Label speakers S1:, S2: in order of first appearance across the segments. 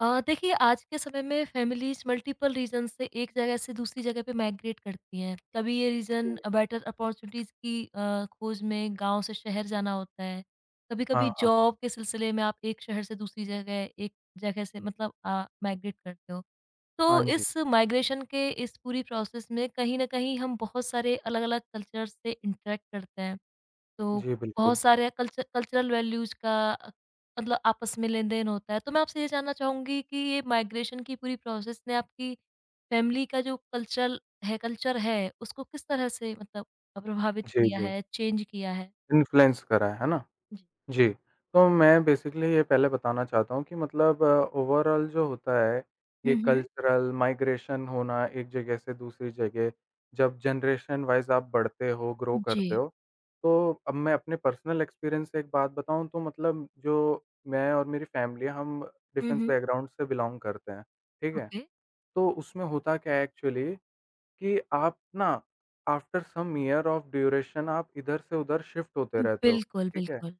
S1: देखिए आज के समय में फैमिलीज़ मल्टीपल रीज़न से एक जगह से दूसरी जगह पे माइग्रेट करती हैं। कभी ये
S2: जी।
S1: रीज़न बेटर अपॉर्चुनिटीज़ की खोज में गाँव से शहर जाना होता है। कभी-कभी
S2: हाँ, हाँ।
S1: जॉब के सिलसिले में आप एक शहर से दूसरी जगह, एक जगह से मतलब माइग्रेट करते हो।
S2: हाँ
S1: तो
S2: जी।
S1: इस माइग्रेशन के इस पूरी प्रोसेस में कहीं न कहीं हम बहुत सारे अलग-अलग कल्चर से इंटरैक्ट करते हैं। तो
S2: जी,
S1: बहुत
S2: बिल्कुल।
S1: सारे कल्चरल वैल्यूज़ का मतलब आपस में लेन-देन होता है। तो मैं आपसे ये जानना चाहूँगी कि ये माइग्रेशन की पूरी प्रोसेस ने आपकी फैमिली का जो कल्चर है, उसको किस तरह से मतलब प्रभावित
S2: जी,
S1: किया
S2: जी।
S1: है, चेंज किया है?
S2: इन्फ्लुएंस करा है ना?
S1: जी।
S2: जी। तो मैं बेसिकली ये पहले बताना चाहता हूँ कि मतलब ओवरऑल जो होता है, ये
S1: हुँ, हुँ।
S2: कल्चरल माइग्रेशन होना एक जगह से दूसरी जगह, जब जनरेशन वाइज़ आप बढ़ते हो, ग्रो
S1: जी।
S2: करते हो, तो अब मैं अपने पर्सनल एक्सपीरियंस से एक बात बताऊँ तो मतलब जो मैं और मेरी फैमिली हम
S1: हुँ,
S2: डिफेंस
S1: हुँ।
S2: बैकग्राउंड से बिलॉन्ग करते हैं, ठीक है?
S1: ओके।
S2: तो उसमें होता क्या है एक्चुअली कि आप ना after some year of duration आप इधर से उधर शिफ्ट होते रहते हो,
S1: बिल्कुल,
S2: ठीक है?
S1: बिल्कुल।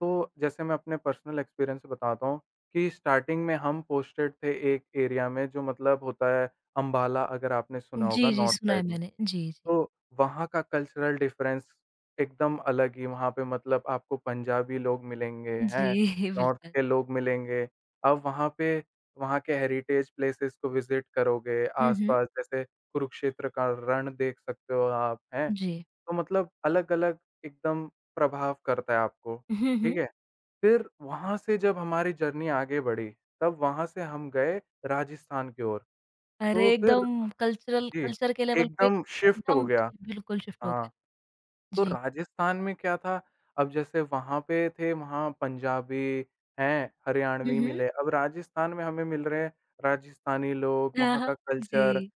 S2: तो जैसे मैं अपने पर्सनल एक्सपीरियंस से बताता हूँ कि स्टार्टिंग में हम पोस्टेड थे एक एरिया में जो मतलब होता है अम्बाला अगर आपने सुना होगा
S1: जी, जी,
S2: नॉर्थ
S1: सुना है
S2: साइड में।
S1: मैंने। जी, जी। जी,
S2: तो वहाँ का कल्चरल डिफरेंस एकदम अलग ही वहाँ पे मतलब आपको पंजाबी लोग मिलेंगे, हैं? नॉर्थ
S1: बिल्कुल।
S2: के लोग मिलेंगे। अब वहाँ पे वहाँ के हेरिटेज प्लेसेस को विज़िट करोगे,
S1: हुँ, हुँ।
S2: आस-पास जैसे कुरुक्षेत्र का रण देख सकते हो आप, हैं?
S1: जी।
S2: तो मतलब अलग-अलग एकदम प्रभाव करता है आपको,
S1: हुँ,
S2: ठीक
S1: हुँ।
S2: है? फिर वहाँ से जब हमारी जर्नी आगे बढ़ी, तब वहाँ से हम गए राजस्थान की ओर।
S1: अरे,
S2: तो फिर
S1: एकदम कल्चरल
S2: जी,
S1: कल्चर के लेवल पे
S2: एकदम शिफ्ट
S1: एकदम
S2: हो
S1: जी,
S2: गया।
S1: बिल्कुल शिफ्ट हो
S2: हाँ।
S1: गया।
S2: तो
S1: जी।
S2: राजस्थान में क्या था, अब जैसे वहाँ पे थे वहाँ पंजाबी हैं,
S1: हुँ,
S2: हरियाणवी
S1: हुँ।
S2: मिले, अब राजस्थान में हमें मिल रहे हैं राजस्थानी लोग,
S1: हाँ,
S2: वहाँ का
S1: हाँ।
S2: कल्चर
S1: जी।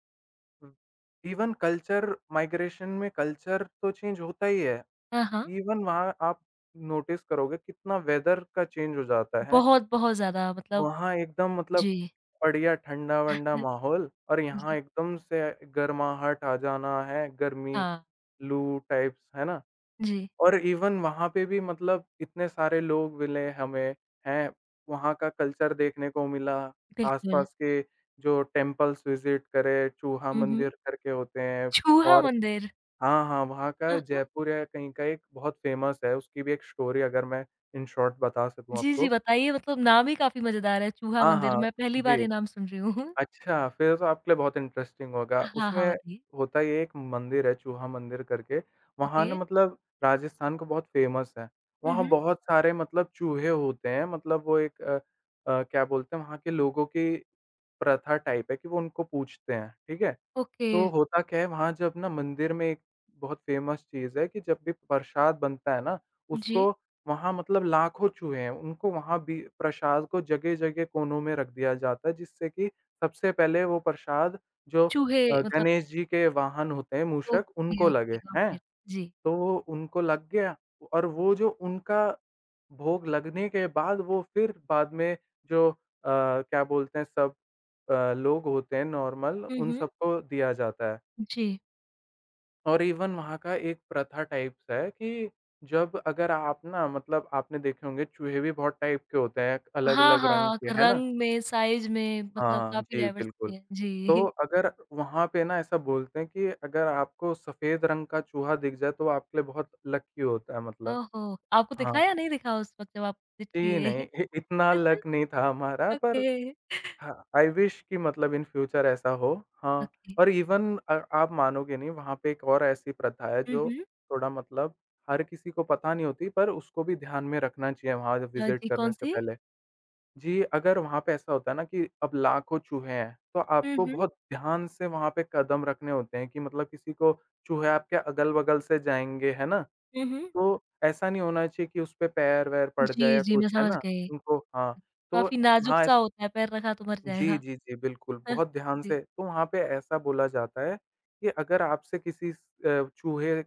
S2: उम, इवन कल्चर माइग्रेशन में कल्चर तो चेंज होता ही है।
S1: हाँ, हाँ।
S2: इवन वहाँ आप नोटिस करोगे कितना वेदर का चेंज हो जाता है।
S1: बहुत-बहुत ज़्यादा मतलब
S2: वहाँ एकदम मतलब
S1: जी।
S2: बढ़िया ठंडा-वंडा माहौल और
S1: ह जी।
S2: यहाँ एकदम से गर्माहट आ जाना है, गर्मी,
S1: हाँ।
S2: लू टाइप्स, है ना?
S1: जी,
S2: और इवन वहाँ पे भी मतलब इतने सारे लोग मिले हमें, हैं? वहाँ का कल्चर देखने को मिला,
S1: बिल्कुल।
S2: आसपास के जो टेम्पल्स विज़िट करे, चूहा
S1: हुँ, हुँ।
S2: मंदिर करके होते हैं।
S1: चूहा
S2: और
S1: मंदिर।
S2: हाँ, हाँ, वहाँ का
S1: हाँ, हाँ।
S2: जयपुर या कहीं का एक बहुत फ़ेमस है, उसकी भी एक स्टोरी अगर मैं इन शॉर्ट बता सकूँ
S1: जी, जी,
S2: आपको।
S1: बताइए मतलब नाम ही काफ़ी मज़ेदार है, चूहा
S2: हाँ,
S1: मंदिर।
S2: हाँ।
S1: मैं पहली
S2: जी।
S1: बार ये नाम सुन रही हूँ।
S2: अच्छा, फिर तो आपके लिए बहुत इंटरेस्टिंग होगा।
S1: हाँ, हाँ,
S2: उसमें
S1: बताइए।
S2: होता ये है, एक मंदिर है चूहा मंदिर करके, वहाँ ना
S1: ओके।
S2: मतलब राजस्थान का बहुत फ़ेमस है।
S1: हुँ,
S2: वहाँ
S1: हुँ।
S2: बहुत सारे मतलब चूहे होते हैं, मतलब वो एक क्या बोलते हैं, वहाँ के लोगों की प्रथा टाइप है कि वो उनको पूजते हैं, ठीक है?
S1: ओके,
S2: तो होता क्या है वहाँ जब ना मंदिर में एक बहुत फ़ेमस चीज़ है कि जब भी प्रसाद बनता है ना,
S1: जी।
S2: उसको वहाँ मतलब लाखों चूहे हैं, उनको वहाँ भी प्रसाद को जगह-जगह कोनों में रख दिया जाता है जिससे कि सबसे पहले वो प्रसाद जो
S1: चूहे मतलब
S2: गणेश जी के वाहन होते हैं मूषक
S1: ओके,
S2: उनको
S1: ओके,
S2: लगे,
S1: गॉट
S2: हैं?
S1: इट। जी।
S2: तो वो उनको लग गया और वो जो उनका भोग लगने के बाद वो फिर बाद में जो क्या बोलते हैं सब लोग होते हैं नॉर्मल
S1: हुँ,
S2: उन
S1: हुँ।
S2: सबको दिया जाता है।
S1: जी।
S2: और इवन वहाँ का एक प्रथा टाइप सा है कि जब अगर आप ना मतलब आपने देखे होंगे चूहे भी बहुत टाइप के होते हैं,
S1: हाँ,
S2: अलग-अलग रंग
S1: हाँ,
S2: के, है ना?
S1: रंग में, साइज़ में मतलब
S2: हाँ,
S1: काफ़ी
S2: जी, बिल्कुल।
S1: डाइवर्सिटी है।
S2: तो
S1: जी।
S2: अगर वहाँ पे ना ऐसा बोलते हैं कि अगर आपको सफ़ेद रंग का चूहा दिख जाए तो वो आपके लिए बहुत लकी होता है मतलब।
S1: ओहो! आपको
S2: हाँ,
S1: दिखा या नहीं दिखा उस वक़्त जब आप विज़िट
S2: जी नहीं,
S1: किए?
S2: इ इतना लक नहीं था हमारा पर
S1: ओके,
S2: हाँ, आई विश कि मतलब इन फ्यूचर ऐसा हो। हाँ,
S1: ओके।
S2: और इवन आप मानोगे नहीं वहाँ पे एक और ऐसी प्रथा है
S1: हुँ,
S2: जो
S1: हुँ।
S2: थोड़ा मतलब हर किसी को पता नहीं होती पर उसको भी ध्यान में रखना चाहिए वहाँ विज़िट
S1: जी,
S2: करने से
S1: कौन-सी?
S2: पहले। जी, अगर वहाँ पे ऐसा होता है ना कि अब लाखों चूहे हैं, तो
S1: हुँ,
S2: आपको
S1: हुँ।
S2: बहुत ध्यान से वहाँ पे कदम रखने होते हैं कि मतलब किसी को चूहे आपके अगल-बगल से जाएँगे, है ना?
S1: हुँ, हुँ।
S2: तो ऐसा नहीं होना चाहिए कि उस पे पैर-वैर पड़ जाए
S1: जी,
S2: या
S1: जी,
S2: कुछ,
S1: मैं
S2: है
S1: समझ
S2: ना?
S1: गई।
S2: उनको हाँ, तो
S1: काफ़ी
S2: वहाँ
S1: नाज़ुक-सा होता है, पैर रखा तो मर
S2: जी,
S1: जाएगा।
S2: जी, जी, बिल्कुल, बहुत ध्यान
S1: जी।
S2: से तो वहाँ पे ऐसा बोला जाता है कि अगर आपसे चूहे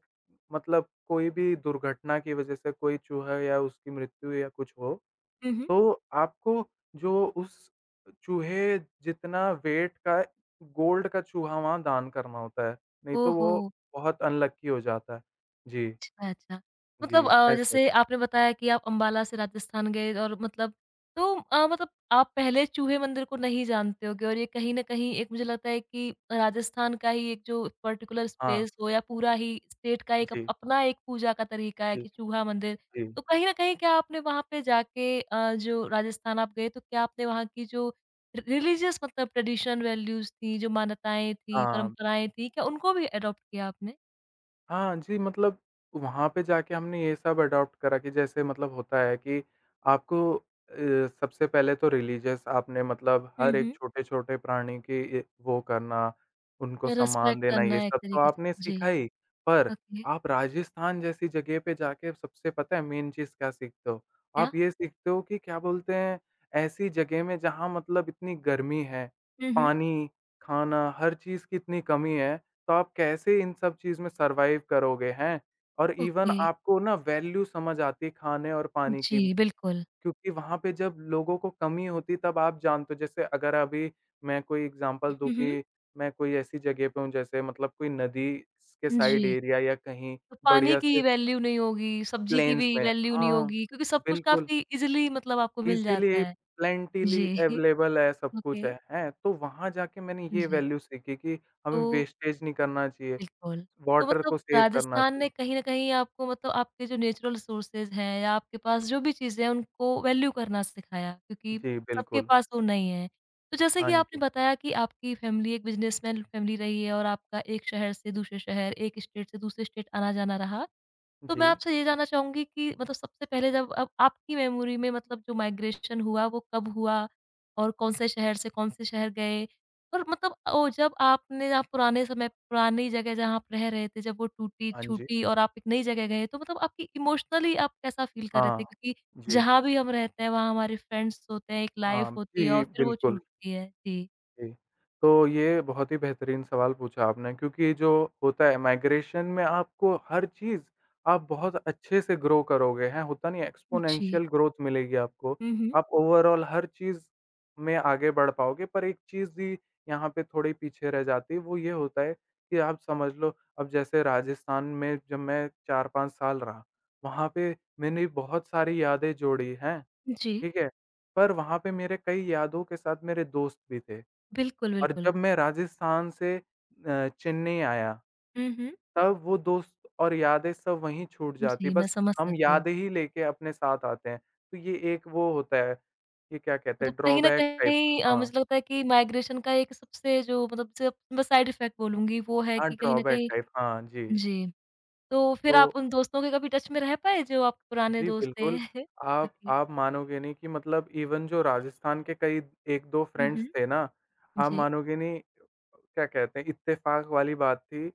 S2: मतलब कोई भी दुर्घटना की वजह से कोई चूहा या उसकी मृत्यु या कुछ हो,
S1: हुँ, हुँ।
S2: तो आपको जो उस चूहे जितना वेट का गोल्ड का चूहा वहाँ दान करना होता है, नहीं तो
S1: ओहो!
S2: वो बहुत अनलकी हो जाता है। जी,
S1: अच्छा, अच्छा।
S2: जी,
S1: मतलब
S2: ऐसा
S1: जैसे
S2: होता है।
S1: आपने बताया कि आप अम्बाला से राजस्थान गए और मतलब तो मतलब आप पहले चूहे मंदिर को नहीं जानते होगे और ये कहीं न कहीं एक मुझे लगता है कि राजस्थान का ही एक जो पर्टिकुलर
S2: हाँ,
S1: स्पेस हो या पूरा ही स्टेट का एक अप
S2: जी,
S1: अपना एक पूजा का तरीका है
S2: जी,
S1: कि चूहा मंदिर।
S2: जी।
S1: तो कहीं न कहीं क्या आपने वहाँ पे जाके जो राजस्थान आप गए तो क्या आपने वहाँ की जो रि रिलिजियस मतलब ट्रेडिशन वैल्यूज़ थी, जो मान्यताएँ थी,
S2: हाँ।
S1: परंपराएँ थी, क्या उनको भी एडॉप्ट किया आपने?
S2: हाँ जी, मतलब वहाँ पे जाके हमने ये सब अडॉप्ट करा कि जैसे मतलब होता है कि आपको सबसे पहले तो रिलीजियस आपने मतलब
S1: हुँ,
S2: हर एक
S1: हुँ।
S2: छोटे-छोटे प्राणी की वो करना, उनको सम्मान
S1: रिस्पेक्ट
S2: देना
S1: करना
S2: ये
S1: है एक
S2: सब तो
S1: तरीके से।
S2: आपने सीखा
S1: जी।
S2: ही। पर
S1: ओके।
S2: आप राजस्थान जैसी जगह पे जाके सबसे पता है मेन चीज़ क्या सीखते हो?
S1: क्या?
S2: आप ये सीखते हो कि क्या बोलते हैं, ऐसी जगह में जहाँ मतलब इतनी गर्मी है,
S1: हुँ, हुँ।
S2: पानी, खाना, हर चीज़ की इतनी कमी है तो आप कैसे इन सब चीज़ में सर्वाइव करोगे, हैं? और इवन
S1: ओके।
S2: आपको ना वैल्यू समझ आती है खाने और पानी
S1: जी,
S2: की,
S1: बिल्कुल।
S2: क्योंकि वहाँ पे जब लोगों को कमी होती तब आप जानते हो जैसे अगर अभी मैं कोई एग्ज़ाम्पल दूँ
S1: हुँ, हुँ।
S2: कि मैं कोई ऐसी जगह पे हूँ जैसे मतलब कोई नदी के साइड
S1: जी।
S2: एरिया या कहीं
S1: तो पानी
S2: बढ़िया
S1: की
S2: से
S1: वैल्यू नहीं होगी, सब्ज़ी की भी
S2: प्लेन्स में
S1: वैल्यू नहीं
S2: हाँ,
S1: होगी क्योंकि सब कुछ
S2: बिल्कुल
S1: काफ़ी ईज़िली मतलब आपको मिल जाता
S2: इज़िली
S1: है।
S2: प्लेंटिली
S1: जी।
S2: अवेलेबल है, सब कुछ
S1: ओके।
S2: है, हैं? तो वहाँ जाके मैंने ये
S1: जी।
S2: वैल्यू सीखी कि
S1: तो
S2: हमें वेस्टेज नहीं करना चाहिए।
S1: बिल्कुल। तो
S2: वाटर
S1: मतलब
S2: को सेव करना
S1: राजस्थान ने
S2: चाहिए।
S1: कहीं न कहीं आपको मतलब आपके जो नेचुरल रिसोर्सेज़ हैं या आपके पास जो भी चीज़ें हैं उनको वैल्यू करना सिखाया क्योंकि
S2: जी,
S1: सबके
S2: बिल्कुल।
S1: पास वो नहीं है। तो जैसे
S2: हाँ
S1: कि आपने
S2: जी।
S1: बताया कि आपकी फैमिली एक बिज़नेसमैन फैमिली रही है और आपका एक शहर से दूसरे शहर, एक स्टेट से दूसरे स्टेट आना-जाना रहा। तो मैं
S2: जी।
S1: आपसे ये जानना चाहूँगी कि मतलब सबसे पहले जब अब आपकी मेमोरी में मतलब जो माइग्रेशन हुआ वो कब हुआ? और कौन से शहर से कौन से शहर गए? और मतलब ओ जब आपने आप पुराने समय पुरानी जगह जहाँ आप रह रहे थे जब वो टूटी,
S2: हाँ जी।
S1: छूटी और आप एक नई जगह गए तो मतलब आपकी इमोशनली आप कैसा फ़ील कर रहे थे?
S2: हाँ।
S1: क्योंकि
S2: जी।
S1: जहाँ भी हम रहते हैं वहाँ हमारे फ्रेंड्स होते हैं, एक लाइफ़
S2: हाँ,
S1: होती है और
S2: जी,
S1: फिर वो
S2: बिल्कुल।
S1: छूटती है। जी।
S2: जी। तो ये बहुत ही बेहतरीन सवाल पूछा आपने क्योंकि जो होता है माइग्रेशन में आपको हर चीज़ आप बहुत अच्छे से ग्रो करोगे, हैं, होता नहीं है
S1: जी।
S2: एक्स्पोनेंशियल ग्रोथ मिलेगी आपको।
S1: हुँ, हुँ।
S2: आप ओवरऑल हर चीज़ में आगे बढ़ पाओगे पर एक चीज़ ही यहाँ पे थोड़ी पीछे रह जाती है, वो ये होता है कि आप समझ लो अब जैसे राजस्थान में जब मैं 4-5 साल रहा, वहाँ पे मैंने बहुत सारी यादें जोड़ी हैं,
S1: जी।
S2: ठीक है? पर वहाँ पे मेरे कई यादों के साथ मेरे दोस्त भी थे।
S1: बिल्कुल,
S2: और
S1: बिल्कुल।
S2: जब मैं राजस्थान से चेन्नई आया,
S1: हुँ, हुँ।
S2: तब वो दोस्त और यादें सब वहीं छूट
S1: जी।
S2: जाती।
S1: जी, मैं
S2: बस
S1: समझ
S2: हम
S1: सकती हूँ।
S2: यादें ही लेके अपने साथ आते हैं। तो ये एक वो होता है, ये क्या कहते
S1: मतलब
S2: हैं
S1: कहीं न
S2: ड्रॉबैक टाइप।
S1: कहीं
S2: हाँ,
S1: मुझे लगता है कि माइग्रेशन का एक सबसे जो मतलब सिर्फ मैं साइड इफ़ेक्ट बोलूँगी वो है
S2: हाँ
S1: कि कहीं न
S2: ड्रॉबैक
S1: कहीं
S2: टाइप। हाँ जी,
S1: जी, तो फिर
S2: तो
S1: आप उन दोस्तों के कभी टच में रह पाए जो आपके पुराने
S2: जी,
S1: दोस्त थे?
S2: बिल्कुल। आप
S1: ओके।
S2: आप मानोगे नहीं कि मतलब इवन जो राजस्थान के कई 1-2
S1: हुँ,
S2: फ्रेंड्स
S1: हुँ।
S2: थे ना, आप
S1: जी।
S2: मानोगे नहीं क्या कहते हैं इत्तेफ़ाक वाली बात थी।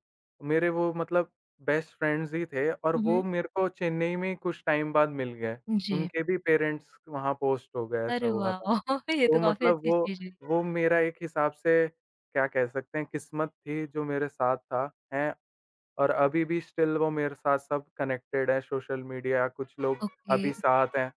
S2: मेरे वो मतलब बेस्ट फ्रेंड्स ही थे और
S1: हुँ,
S2: वो
S1: हुँ।
S2: मेरे को चेन्नई में कुछ टाइम बाद मिल गए।
S1: जी।
S2: उनके भी पेरेंट्स वहाँ पोस्ट हो गए, ऐसा
S1: अरे
S2: हुआ
S1: वाह!
S2: था।
S1: ये
S2: तो
S1: तो काफ़ी
S2: मतलब
S1: अच्छी
S2: वो
S1: चीज़ हुई।
S2: वो मेरा एक हिसाब से क्या कह सकते हैं किस्मत थी जो मेरे साथ था, हैं और अभी भी स्टिल वो मेरे साथ सब कनेक्टेड है, सोशल मीडिया कुछ लोग
S1: ओके।
S2: अभी साथ हैं।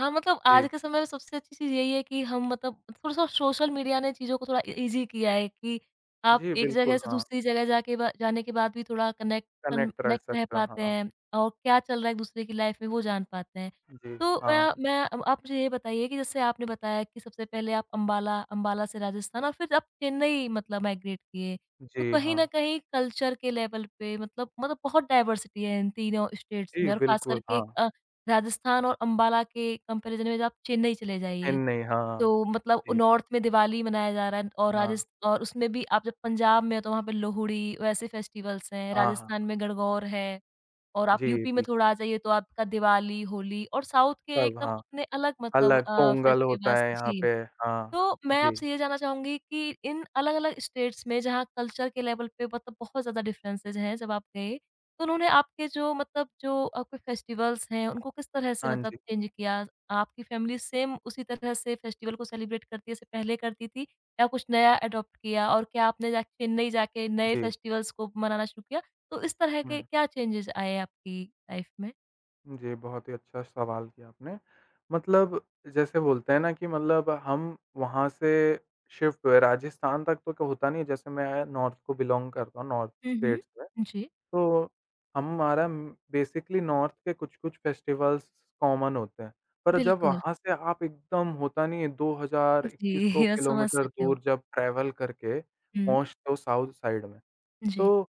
S1: हाँ, मतलब
S2: जी,
S1: आज के समय में सबसे अच्छी चीज़ यही है कि हम मतलब थोड़ा-सा सोशल मीडिया ने चीज़ों को थोड़ा इ ईज़ी किया है कि आप
S2: जी
S1: एक जगह
S2: बिल्कुल,
S1: से
S2: हाँ,
S1: दूसरी जगह जाके बा जाने के बाद भी थोड़ा कनेक्शन
S2: कनेक्ट रह
S1: कनेक्ट रह
S2: सकता
S1: पाते
S2: हाँ,
S1: हैं और क्या चल रहा है एक-दूसरे की लाइफ़ में वो जान पाते हैं।
S2: जी,
S1: तो
S2: हाँ,
S1: मैं अब आप मुझे ये बताइए कि जैसे आपने बताया कि सबसे पहले आप अम्बाला से राजस्थान और फिर आप चेन्नई मतलब माइग्रेट किए। तो
S2: जी,
S1: कहीं न
S2: हाँ,
S1: कहीं कल्चर के लेवल पे मतलब बहुत डाइवर्सिटी है इन तीनों स्टेट्स
S2: जी
S1: में और ख़ास
S2: बिल्कुल,
S1: करके
S2: हाँ,
S1: राजस्थान और अम्बाला के कंपैरिज़न में जब आप चेन्नई चले जाइए,
S2: चेन्नई, हाँ,
S1: तो मतलब
S2: जी,
S1: नॉर्थ में दिवाली मनाया जा रहा है और
S2: हाँ,
S1: राजस्थ और उसमें भी आप जब पंजाब में हो तो वहाँ पे लोहड़ी वैसे फेस्टिवल्स हैं,
S2: हाँ, हाँ,
S1: राजस्थान में गणगौर है और आप
S2: जी
S1: यूपी में
S2: बिल्कुल,
S1: थोड़ा आ जाइए तो आपका दिवाली, होली और साउथ के
S2: सब
S1: एकदम
S2: हाँ,
S1: अपने अलग मतलब
S2: अलग पोंगल होता
S1: फेस्टिवल्स
S2: है यहाँ
S1: जी।
S2: पे, हाँ,
S1: तो मैं
S2: जी,
S1: आपसे ये जानना चाहूँगी कि इन अलग-अलग स्टेट्स में जहाँ कल्चर के लेवल पे मतलब बहुत ज़्यादा डिफरेंसेज़ हैं जब आप गए, तो उन्होंने आपके जो मतलब जो आपके फेस्टिवल्स हैं उनको किस तरह से
S2: हाँ
S1: मतलब
S2: जी,
S1: चेंज किया? आपकी फैमिली सेम उसी तरह से फेस्टिवल को सेलिब्रेट करती है जैसे पहले करती थी या कुछ नया अडॉप्ट किया? और क्या आपने जा चेन्नई जाके नए
S2: जी,
S1: फेस्टिवल्स को मनाना शुरू किया? तो इस तरह के
S2: हुँ।
S1: क्या चेंजेज़ आए आपकी लाइफ में?
S2: जी, बहुत ही अच्छा सवाल किया आपने। मतलब जैसे बोलते हैं ना कि मतलब हम वहाँ से शिफ्ट हुए, राजस्थान तक तो क्या होता नहीं है, जैसे मैं नॉर्थ को बिलॉन्ग करता हूँ, नॉर्थ
S1: हुँ,
S2: स्टेट्स में।
S1: हुँ। जी,
S2: तो हमारा बेसिकली नॉर्थ के कुछ-कुछ फेस्टिवल्स कॉमन होते हैं। पर जब
S1: बिल्कुल।
S2: वहाँ से आप एकदम होता नहीं है
S1: जी,
S2: 2000-2100
S1: मैं समझ
S2: किलोमीटर
S1: सकते हो।
S2: दूर जब ट्रैवल करके
S1: हुँ,
S2: पहुँचते हो साउथ साइड में,
S1: जी।
S2: तो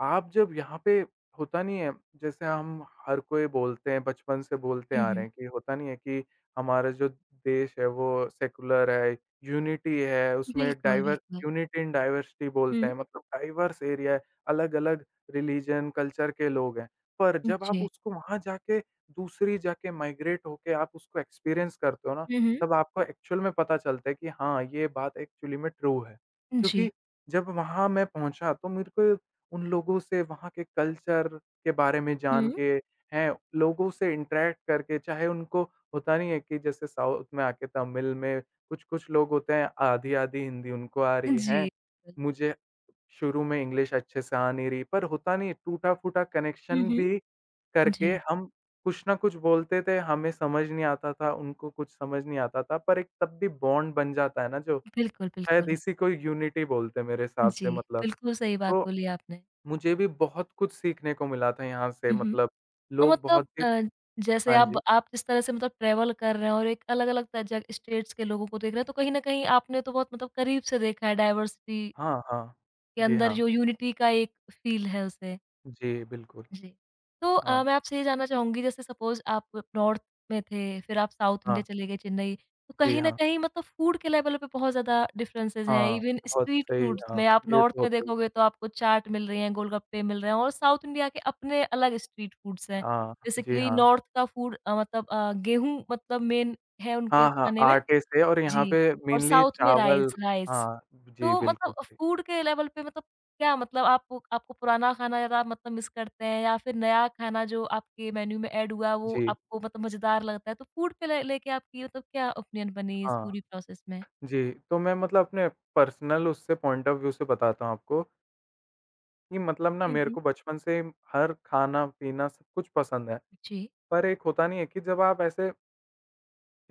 S2: आप जब यहाँ पे होता नहीं है, जैसे हम हर कोई बोलते हैं, बचपन से बोलते
S1: हुँ,
S2: आ रहे
S1: हुँ।
S2: हैं कि होता नहीं है कि हमारा जो देश है वो सेक्युलर है, यूनिटी है, उसमें
S1: बिल्कुल,
S2: डाइवर
S1: बिल्कुल।
S2: यूनिटी इन डाइवर्सिटी बोलते
S1: हुँ।
S2: हैं, मतलब डाइवर्स एरिया है, अलग-अलग रिलिजन, कल्चर के लोग हैं। पर जब आप
S1: जी।
S2: उसको वहाँ जाके दूसरी जाके माइग्रेट होके आप उसको एक्सपीरियंस करते हो ना,
S1: हुँ, हुँ।
S2: तब आपको एक्चुअल में पता चलता है कि हाँ, ये बात एक्चुअली में ट्रू है।
S1: जी।
S2: क्योंकि जब वहाँ मैं पहुँचा तो मेरे को उन लोगों से वहाँ के कल्चर के बारे में जान
S1: हुँ।
S2: के हैं, लोगों से इंटरैक्ट करके चाहे उनको होता नहीं है कि जैसे साउथ में आके तमिल में कुछ-कुछ लोग होते हैं, आधी-आधी हिंदी उनको आ रही
S1: जी।
S2: है।
S1: बिल्कुल।
S2: मुझे शुरू में इंग्लिश अच्छे से आ नहीं रही, पर होता नहीं है टूटा-फूटा
S1: हुँ,
S2: कनेक्शन
S1: हुँ।
S2: भी करके
S1: जी,
S2: हम कुछ ना कुछ बोलते थे, हमें समझ नहीं आता था, उनको कुछ समझ नहीं आता था, पर एक तब भी बॉन्ड बन जाता है ना जो,
S1: बिल्कुल,
S2: शायद
S1: बिल्कुल।
S2: इसी को यूनिटी बोलते हैं मेरे हिसाब
S1: जी,
S2: से मतलब।
S1: बिल्कुल सही बात
S2: तो
S1: बोली आपने।
S2: मुझे भी बहुत कुछ सीखने को मिला था यहाँ से
S1: हुँ, हुँ।
S2: मतलब
S1: और
S2: लोग बहुत
S1: मतलब
S2: ही
S1: जैसे
S2: हाँ
S1: आप
S2: जी।
S1: आप जिस तरह से मतलब ट्रैवल कर रहे हैं और एक अलग-अलग त जग स्टेट्स के लोगों को देख रहे हैं, तो कहीं न कहीं आपने तो बहुत मतलब करीब से देखा है डाइवर्सिटी
S2: हाँ, हाँ।
S1: के
S2: जी
S1: अंदर
S2: हाँ।
S1: जो यूनिटी का एक फ़ील है उसे।
S2: जी, बिल्कुल।
S1: जी। तो
S2: हाँ,
S1: मैं आपसे ये जानना चाहूँगी जैसे सपोज़ आप नॉर्थ में थे, फिर आप साउथ इंडिया
S2: हाँ।
S1: चले गए चेन्नई, तो
S2: जी
S1: कहीं न
S2: हाँ।
S1: कहीं मतलब फूड के लेवल पे बहुत ज़्यादा डिफरेंसेज़ हैं,
S2: हाँ,
S1: इवन
S2: बहुत
S1: स्ट्रीट
S2: सही
S1: फूड्स
S2: हाँ,
S1: में आप
S2: ये
S1: नॉर्थ
S2: तो
S1: में
S2: होता ही है।
S1: देखोगे तो आपको चाट मिल रही हैं, गोलगप्पे मिल रहे हैं और साउथ इंडिया के अपने अलग स्ट्रीट फूड्स हैं।
S2: हाँ, जी
S1: बेसिकली
S2: हाँ।
S1: नॉर्थ का फूड मतलब गेहूँ मतलब मेन है उनके
S2: हाँ, हाँ,
S1: खाने में
S2: आटे से और यहाँ
S1: जी,
S2: पे
S1: और
S2: मेनली
S1: साउथ में राइस,
S2: चावल
S1: राइस।
S2: हाँ, जी
S1: तो
S2: बिल्कुल
S1: मतलब
S2: सही।
S1: फूड के लेवल पे मतलब क्या मतलब आप आपको पुराना खाना ज़्यादा मतलब मिस करते हैं या फिर नया खाना जो आपके मेन्यू में ऐड हुआ वो
S2: जी,
S1: आपको मतलब मज़ेदार लगता है? तो फूड पे ले लेके आपकी मतलब क्या ओपिनियन बनी इस
S2: हाँ,
S1: पूरी प्रोसेस में?
S2: जी। तो मैं मतलब अपने पर्सनल उससे पॉइंट ऑफ व्यू से बताता हूँ आपको कि मतलब ना
S1: हुँ,
S2: मेरे
S1: हुँ।
S2: को बचपन से हर खाना-पीना सब कुछ पसंद है।
S1: जी।
S2: पर एक होता नहीं है कि जब आप ऐसे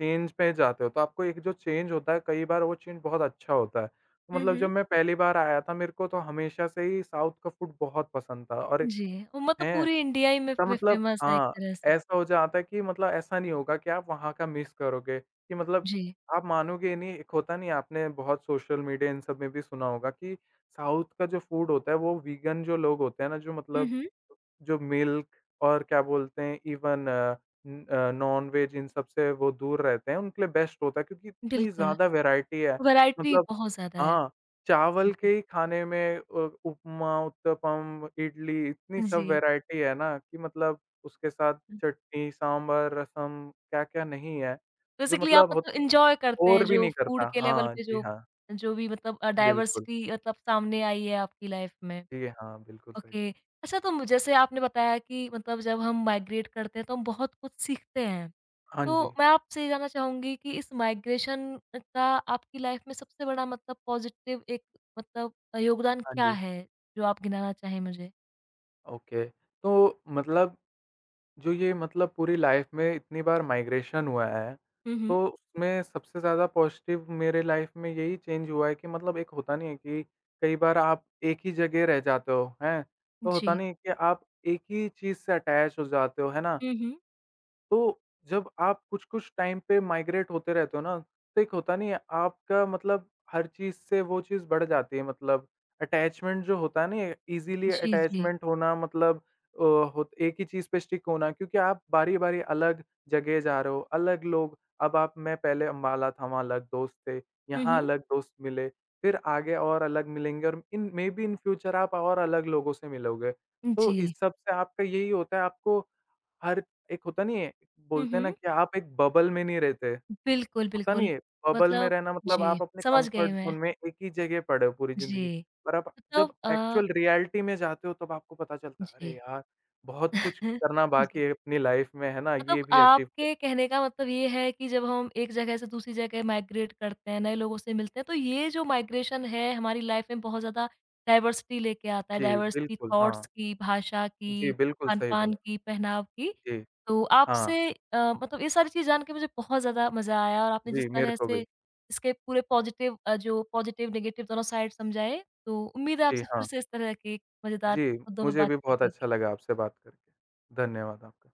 S2: चेंज पे जाते हो, तो आपको एक जो चेंज होता है, कई बार वो चेंज बहुत अच्छा होता है। तो
S1: हुँ,
S2: मतलब
S1: हुँ।
S2: जब मैं पहली बार आया था, मेरे को तो हमेशा से ही साउथ का फूड बहुत पसंद था और
S1: जी, वो मतलब
S2: हैं,
S1: पूरी इंडिया ही में
S2: तो
S1: फे
S2: मतलब
S1: फेमस है एक
S2: हाँ,
S1: तरह से।
S2: ऐसा हो जाता है कि मतलब ऐसा नहीं होगा कि आप वहाँ का मिस करोगे, कि मतलब
S1: जी।
S2: आप मानोगे नहीं, एक होता नहीं है, आपने बहुत सोशल मीडिया इन सब में भी सुना होगा कि साउथ का जो फूड होता है, वो वीगन जो लोग होते हैं ना, जो
S1: हुँ,
S2: मतलब
S1: हुँ।
S2: जो मिल्क और क्या बोलते हैं इवन अ, न अ, नॉन-वेज इन सब से वो दूर रहते हैं, उनके लिए बेस्ट होता है क्योंकि इतनी
S1: बिल्कुल,
S2: ज़्यादा वैरायटी है।
S1: वैराइटी
S2: मतलब
S1: बहुत ज़्यादा है।
S2: हाँ, चावल के
S1: जी।
S2: ही खाने में उपमा, उत्तपम, इडली इतनी सब
S1: जी।
S2: वैरायटी है ना कि मतलब उसके साथ चटनी, सांभर, रसम क्या-क्या नहीं है, जो
S1: बेसिकली आप
S2: मतलब
S1: मतलब
S2: होता है
S1: एन्जॉय करते हैं
S2: बोर भी
S1: जो
S2: नहीं
S1: फूड
S2: करता।
S1: के लेवल
S2: हाँ,
S1: पे
S2: जी
S1: जो
S2: हाँ,
S1: जो भी मतलब
S2: बिल्कुल।
S1: डाइवर्सिटी मतलब सामने आई है आपकी लाइफ में।
S2: जी हाँ, बिल्कुल सही।
S1: ओके। अच्छा तो मु जैसे आपने बताया कि मतलब जब हम माइग्रेट करते हैं तो हम बहुत कुछ सीखते हैं।
S2: हाँ
S1: तो
S2: जी।
S1: मैं आपसे ये जानना चाहूँगी कि इस माइग्रेशन का आपकी लाइफ में सबसे बड़ा मतलब पॉज़िटिव एक मतलब योगदान
S2: हाँ
S1: क्या
S2: जी,
S1: है जो आप गिनाना चाहें मुझे?
S2: ओके। तो मतलब जो ये मतलब पूरी लाइफ में इतनी बार माइग्रेशन हुआ है,
S1: हुँ, हुँ।
S2: तो उसमें सबसे ज़्यादा पॉज़िटिव मेरे लाइफ में यही चेंज हुआ है कि मतलब एक होता नहीं है कि कई बार आप एक ही जगह रह जाते हो, हैं? तो होता
S1: जी।
S2: नहीं है कि आप एक ही चीज़ से अटैच हो जाते हो, है ना?
S1: हुँ, हुँ।
S2: तो जब आप कुछ-कुछ टाइम पे माइग्रेट होते रहते हो ना, तो एक होता नहीं है आपका मतलब हर चीज़ से वो चीज़ बढ़ जाती है मतलब अटैचमेंट जो होता है ना ईज़िली
S1: जी, जी।
S2: अटैचमेंट होना मतलब अ, होत एक ही चीज़ पे स्टिक होना क्योंकि आप बारी-बारी अलग जगह जा रहे हो, अलग लोग अब आप मैं पहले अम्बाला था, वहाँ अलग दोस्त थे,
S1: हुँ,
S2: यहाँ
S1: हुँ।
S2: अलग दोस्त मिले, फिर आगे और अलग मिलेंगे और इन मेबी इन फ्यूचर आप और अलग लोगों से मिलोगे। तो इस
S1: जी।
S2: सब से आपका यही होता है आपको हर एक होता नहीं है,
S1: हुँ,
S2: बोलते हैं ना
S1: हुँ।
S2: कि आप एक बबल में नहीं रहते।
S1: बिल्कुल,
S2: होता नहीं
S1: बिल्कुल।
S2: है, बबल में
S1: मतलब
S2: रहना मतलब
S1: जी,
S2: आप अपने
S1: समझ गई
S2: कंफर्ट ज़ोन
S1: मैं।
S2: में एक ही जगह पड़े हो पूरी ज़िंदगी।
S1: जी,
S2: पर आप जब
S1: मतलब
S2: एक्चुअल रियलिटी में जाते हो तब आपको पता चलता है, अरे
S1: जी।
S2: यार! बहुत कुछ करना बाकी
S1: जी।
S2: है अपनी लाइफ़ में, है ना?
S1: मतलब
S2: ये भी अचीव कर
S1: आपके कहने का मतलब ये है कि जब हम एक जगह से दूसरी जगह माइग्रेट करते हैं, नए लोगों से मिलते हैं, तो ये जो माइग्रेशन है हमारी लाइफ में बहुत ज़्यादा डाइवर्सिटी लेके आता है,
S2: जी,
S1: डाइवर्सिटी
S2: बिल्कुल, हाँ।
S1: थॉट्स की, भाषा की,
S2: जी, बिल्कुल सही
S1: खान-पान
S2: बोला।
S1: की, पहनाव की।
S2: जी,
S1: तो
S2: हाँ।
S1: आपसे मतलब ये सारी चीज़ जान के मुझे बहुत ज़्यादा मज़ा आया और आपने जिस
S2: जी, मेरे
S1: तरह
S2: को
S1: से
S2: भी।
S1: इसके पूरे जो पॉजिटिव, नेगेटिव दोनों साइड समझाए, तो उम्मीद है
S2: जी,
S1: आपसे फिर
S2: हाँ।
S1: से इस तरह के मज़ेदार
S2: जी,
S1: मुद्दों पे
S2: मुझे भी बहुत
S1: बातचीत
S2: अच्छा
S1: होगी।
S2: लगा आपसे बात करके। धन्यवाद आपका।